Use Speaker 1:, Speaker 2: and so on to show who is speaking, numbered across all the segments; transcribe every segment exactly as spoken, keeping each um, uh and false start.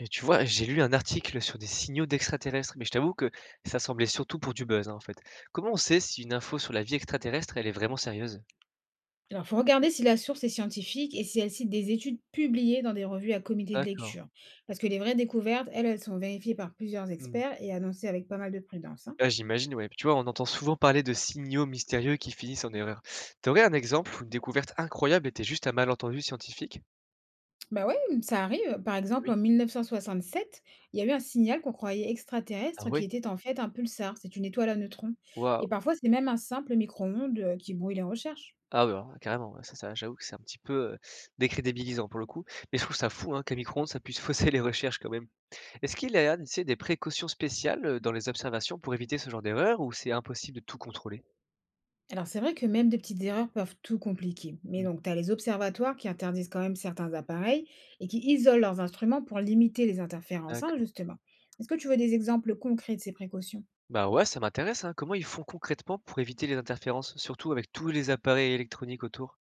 Speaker 1: Et tu vois, j'ai lu un article sur des signaux d'extraterrestres, mais je t'avoue que ça semblait surtout pour du buzz, hein, en fait. Comment on sait si une info sur la vie extraterrestre, elle est vraiment sérieuse?
Speaker 2: Alors, il faut regarder si la source est scientifique et si elle cite des études publiées dans des revues à comité de
Speaker 1: D'accord.
Speaker 2: lecture. Parce que les vraies découvertes, elles, elles sont vérifiées par plusieurs
Speaker 1: Hmm.
Speaker 2: experts et annoncées avec pas mal de prudence, hein.
Speaker 1: Ah, j'imagine, ouais. Tu vois, on entend souvent parler de signaux mystérieux qui finissent en erreur. T'aurais un exemple où une découverte incroyable était juste un malentendu scientifique?
Speaker 2: Bah ouais, mmh, ça arrive. Par exemple,
Speaker 1: Oui.
Speaker 2: en mille neuf cent soixante-sept, il y a eu un signal qu'on croyait
Speaker 1: Ah
Speaker 2: extraterrestre qui
Speaker 1: ouais?
Speaker 2: était en fait un pulsar, c'est une étoile à neutrons. Et
Speaker 1: Waouh.
Speaker 2: parfois, c'est même un simple micro-ondes euh, qui brouille les recherches.
Speaker 1: Ah ouais, alors, carrément, ouais, ça, ça, j'avoue que c'est un petit peu euh, décrédibilisant pour le coup. Mais je trouve ça fou hein, qu'un micro-ondes, ça puisse fausser les recherches quand même. Est-ce qu'il y a, tu sais, des précautions spéciales, heu, dans les observations pour éviter ce genre d'erreur ou c'est impossible de tout contrôler?
Speaker 2: Alors c'est vrai que même des petites erreurs peuvent tout compliquer. Mais
Speaker 1: Mmh,
Speaker 2: donc tu as les observatoires qui interdisent quand même certains appareils et qui isolent leurs instruments pour limiter les interférences, hein,
Speaker 1: d'accord.
Speaker 2: justement. Est-ce que tu veux des exemples concrets de ces précautions?
Speaker 1: Bah, ouais, ça m'intéresse, hein. Comment ils font concrètement pour éviter les interférences, surtout avec tous les appareils électroniques autour?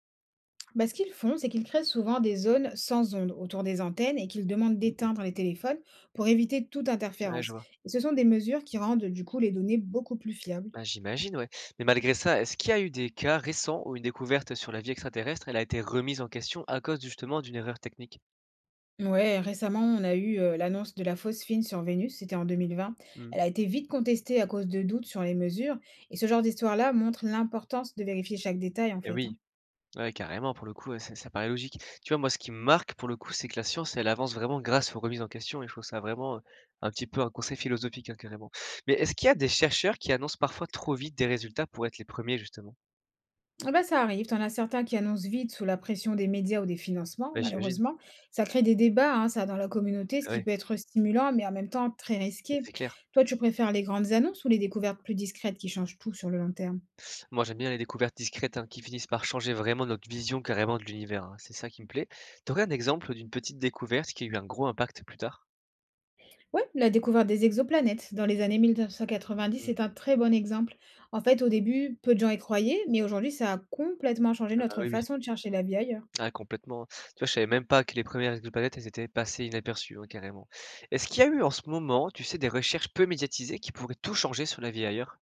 Speaker 2: Bah, ce qu'ils font, c'est qu'ils créent souvent des zones sans ondes autour des antennes et qu'ils demandent
Speaker 1: Mmh.
Speaker 2: d'éteindre les téléphones pour éviter toute
Speaker 1: Ouais, je
Speaker 2: interférence.
Speaker 1: vois.
Speaker 2: Et ce sont des mesures qui rendent du coup les données beaucoup plus fiables.
Speaker 1: Bah, j'imagine, ouais. Mais malgré ça, est-ce qu'il y a eu des cas récents où une découverte sur la vie extraterrestre, elle a été remise en question à cause justement d'une erreur technique?
Speaker 2: Ouais, récemment, on a eu euh, l'annonce de la fausse fine sur Vénus, c'était en deux mille vingt.
Speaker 1: Mmh.
Speaker 2: Elle a été vite contestée à cause de doutes sur les mesures, et ce genre d'histoire-là montre l'importance de vérifier chaque détail, en
Speaker 1: Eh
Speaker 2: fait,
Speaker 1: oui.
Speaker 2: hein.
Speaker 1: Ouais, carrément, pour le coup, ouais, ça ça paraît logique. Tu vois, moi, ce qui me marque, pour le coup, c'est que la science, elle avance vraiment grâce aux remises en question, et je trouve ça vraiment, heu, un petit peu un conseil philosophique, hein, carrément. Mais est-ce qu'il y a des chercheurs qui annoncent parfois trop vite des résultats pour être les premiers justement?
Speaker 2: Ah bah, ça arrive, t'en as certains qui annoncent vite sous la pression des médias ou des financements,
Speaker 1: Bah, j'imagine.
Speaker 2: malheureusement. Ça crée des débats, hein, ça, dans la communauté, ce
Speaker 1: Ah
Speaker 2: qui
Speaker 1: oui,
Speaker 2: peut être stimulant, mais en même temps très risqué.
Speaker 1: c'est clair.
Speaker 2: Toi, tu préfères les grandes annonces ou les découvertes plus discrètes qui changent tout sur le long terme?
Speaker 1: Moi, j'aime bien les découvertes discrètes, hein, qui finissent par changer vraiment notre vision, carrément, de l'univers, hein. C'est ça qui me plaît. Tu aurais un exemple d'une petite découverte qui a eu un gros impact plus tard?
Speaker 2: Ouais, la découverte des exoplanètes dans les années mille neuf cent quatre-vingt-dix est
Speaker 1: Mmh.
Speaker 2: un très bon exemple. En fait, au début, peu de gens y croyaient, mais aujourd'hui, ça a complètement changé
Speaker 1: Ah bah,
Speaker 2: notre
Speaker 1: oui, oui.
Speaker 2: façon de chercher la vie ailleurs.
Speaker 1: Ah complètement. Tu vois, je savais même pas que les premières exoplanètes, elles étaient passées inaperçues, hein, carrément. Est-ce qu'il y a eu en ce moment, tu sais, des recherches peu médiatisées qui pourraient tout changer sur la vie ailleurs?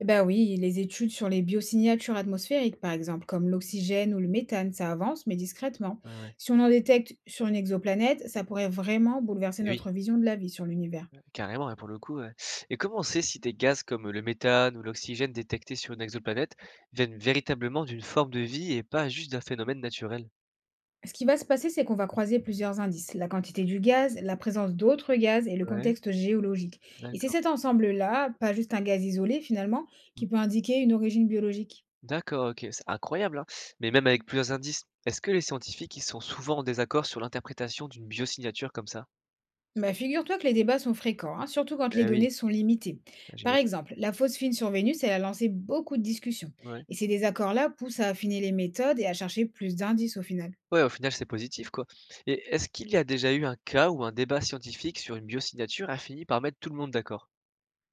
Speaker 2: Eh ben oui, les études sur les biosignatures atmosphériques, par exemple, comme l'oxygène ou le méthane, ça avance, mais discrètement.
Speaker 1: Ouais, ouais.
Speaker 2: Si on en détecte sur une exoplanète, ça pourrait vraiment bouleverser
Speaker 1: Et oui,
Speaker 2: notre vision de la vie sur l'univers.
Speaker 1: carrément, hein, pour le coup, ouais. Et comment on sait si des gaz comme le méthane ou l'oxygène détectés sur une exoplanète viennent véritablement d'une forme de vie et pas juste d'un phénomène naturel?
Speaker 2: Ce qui va se passer, c'est qu'on va croiser plusieurs indices, la quantité du gaz, la présence d'autres gaz et le
Speaker 1: Ouais,
Speaker 2: contexte géologique. Et c'est
Speaker 1: d'accord.
Speaker 2: cet ensemble-là, pas juste un gaz isolé finalement,
Speaker 1: Mmh.
Speaker 2: qui peut indiquer une origine biologique.
Speaker 1: D'accord, OK, c'est incroyable, hein. Mais même avec plusieurs indices, est-ce que les scientifiques, ils sont souvent en désaccord sur l'interprétation d'une biosignature comme ça?
Speaker 2: Bah, figure-toi que les débats sont fréquents, hein, surtout quand les
Speaker 1: Eh oui,
Speaker 2: données sont limitées. Par
Speaker 1: j'imagine.
Speaker 2: exemple, la phosphine sur Vénus, elle a lancé beaucoup de discussions.
Speaker 1: Ouais.
Speaker 2: Et ces désaccords-là poussent à affiner les méthodes et à chercher plus d'indices au final.
Speaker 1: Ouais, au final, c'est positif, quoi. Et est-ce qu'il y a déjà eu un cas où un débat scientifique sur une biosignature a fini par mettre tout le monde d'accord?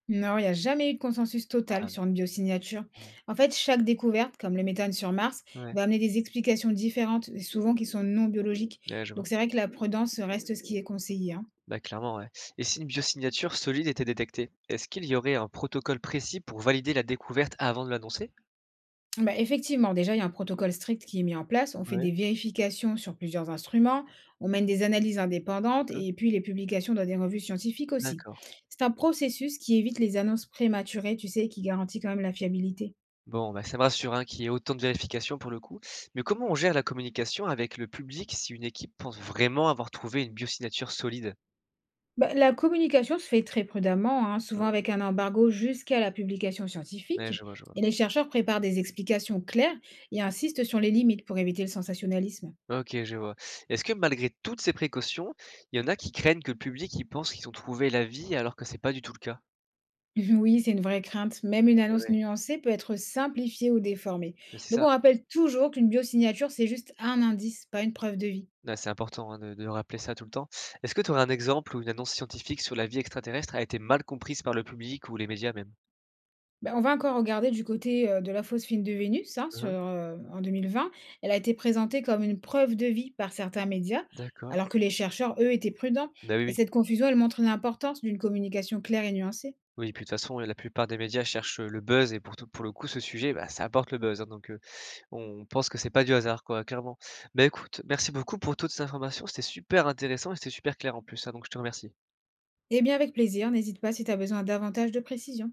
Speaker 2: Non, il n'y a jamais eu de consensus
Speaker 1: Ah,
Speaker 2: total sur une biosignature.
Speaker 1: mmh.
Speaker 2: En fait, chaque découverte, comme le méthane sur Mars,
Speaker 1: Ouais,
Speaker 2: va amener des explications différentes, et souvent qui sont non biologiques.
Speaker 1: ouais, je vois.
Speaker 2: Donc c'est vrai que la prudence reste ce qui est conseillé, hein.
Speaker 1: Bah, clairement, ouais. Et si une biosignature solide était détectée, est-ce qu'il y aurait un protocole précis pour valider la découverte avant de l'annoncer?
Speaker 2: Bah, effectivement, déjà, il y a un protocole strict qui est mis en place. On fait
Speaker 1: Ouais.
Speaker 2: des vérifications sur plusieurs instruments, on mène des analyses indépendantes
Speaker 1: Hein?
Speaker 2: et puis les publications dans des revues scientifiques aussi.
Speaker 1: D'accord.
Speaker 2: C'est un processus qui évite les annonces prématurées, tu sais, et qui garantit quand même la fiabilité.
Speaker 1: Bon, bah, ça me rassure, hein, qu'il y ait autant de vérifications pour le coup. Mais comment on gère la communication avec le public si une équipe pense vraiment avoir trouvé une biosignature solide?
Speaker 2: Bah, la communication se fait très prudemment, hein, souvent
Speaker 1: Hein.
Speaker 2: avec un embargo jusqu'à la publication
Speaker 1: Ouais,
Speaker 2: scientifique.
Speaker 1: je vois, je vois.
Speaker 2: Et les chercheurs préparent des explications claires et insistent sur les limites pour éviter le sensationnalisme.
Speaker 1: OK, je vois. Est-ce que malgré toutes ces précautions, il y en a qui craignent que le public, il pense qu'ils ont trouvé la vie alors que c'est pas du tout le cas?
Speaker 2: Oui, c'est une vraie crainte. Même une
Speaker 1: Et
Speaker 2: annonce
Speaker 1: ouais.
Speaker 2: nuancée peut être simplifiée ou déformée.
Speaker 1: Bah, c'est
Speaker 2: Donc on
Speaker 1: ça.
Speaker 2: rappelle toujours qu'une biosignature, c'est juste un indice, pas une preuve de vie.
Speaker 1: Bah, c'est important, hein, de de rappeler ça tout le temps. Est-ce que tu aurais un exemple où une annonce scientifique sur la vie extraterrestre a été mal comprise par le public ou les médias même?
Speaker 2: Bah, on va encore regarder du côté, heu, de la fausse fine de Vénus, hein, sur,
Speaker 1: Mmh.
Speaker 2: heu, en deux mille vingt. Elle a été présentée comme une preuve de vie par certains médias,
Speaker 1: D'accord.
Speaker 2: alors que les chercheurs, eux, étaient prudents.
Speaker 1: Bah, oui,
Speaker 2: Et
Speaker 1: oui.
Speaker 2: cette confusion, elle montre l'importance d'une communication claire et nuancée.
Speaker 1: Oui, puis de toute façon, la plupart des médias cherchent, heu, le buzz, et pour tout pour le coup, ce sujet, bah, ça apporte le buzz, hein, donc heu, on pense que c'est pas du hasard, quoi, clairement. Bah, écoute, merci beaucoup pour toutes ces informations, c'était super intéressant et c'était super clair en plus, hein, donc je te remercie.
Speaker 2: Eh bien, avec plaisir, n'hésite pas si tu as besoin davantage de précision.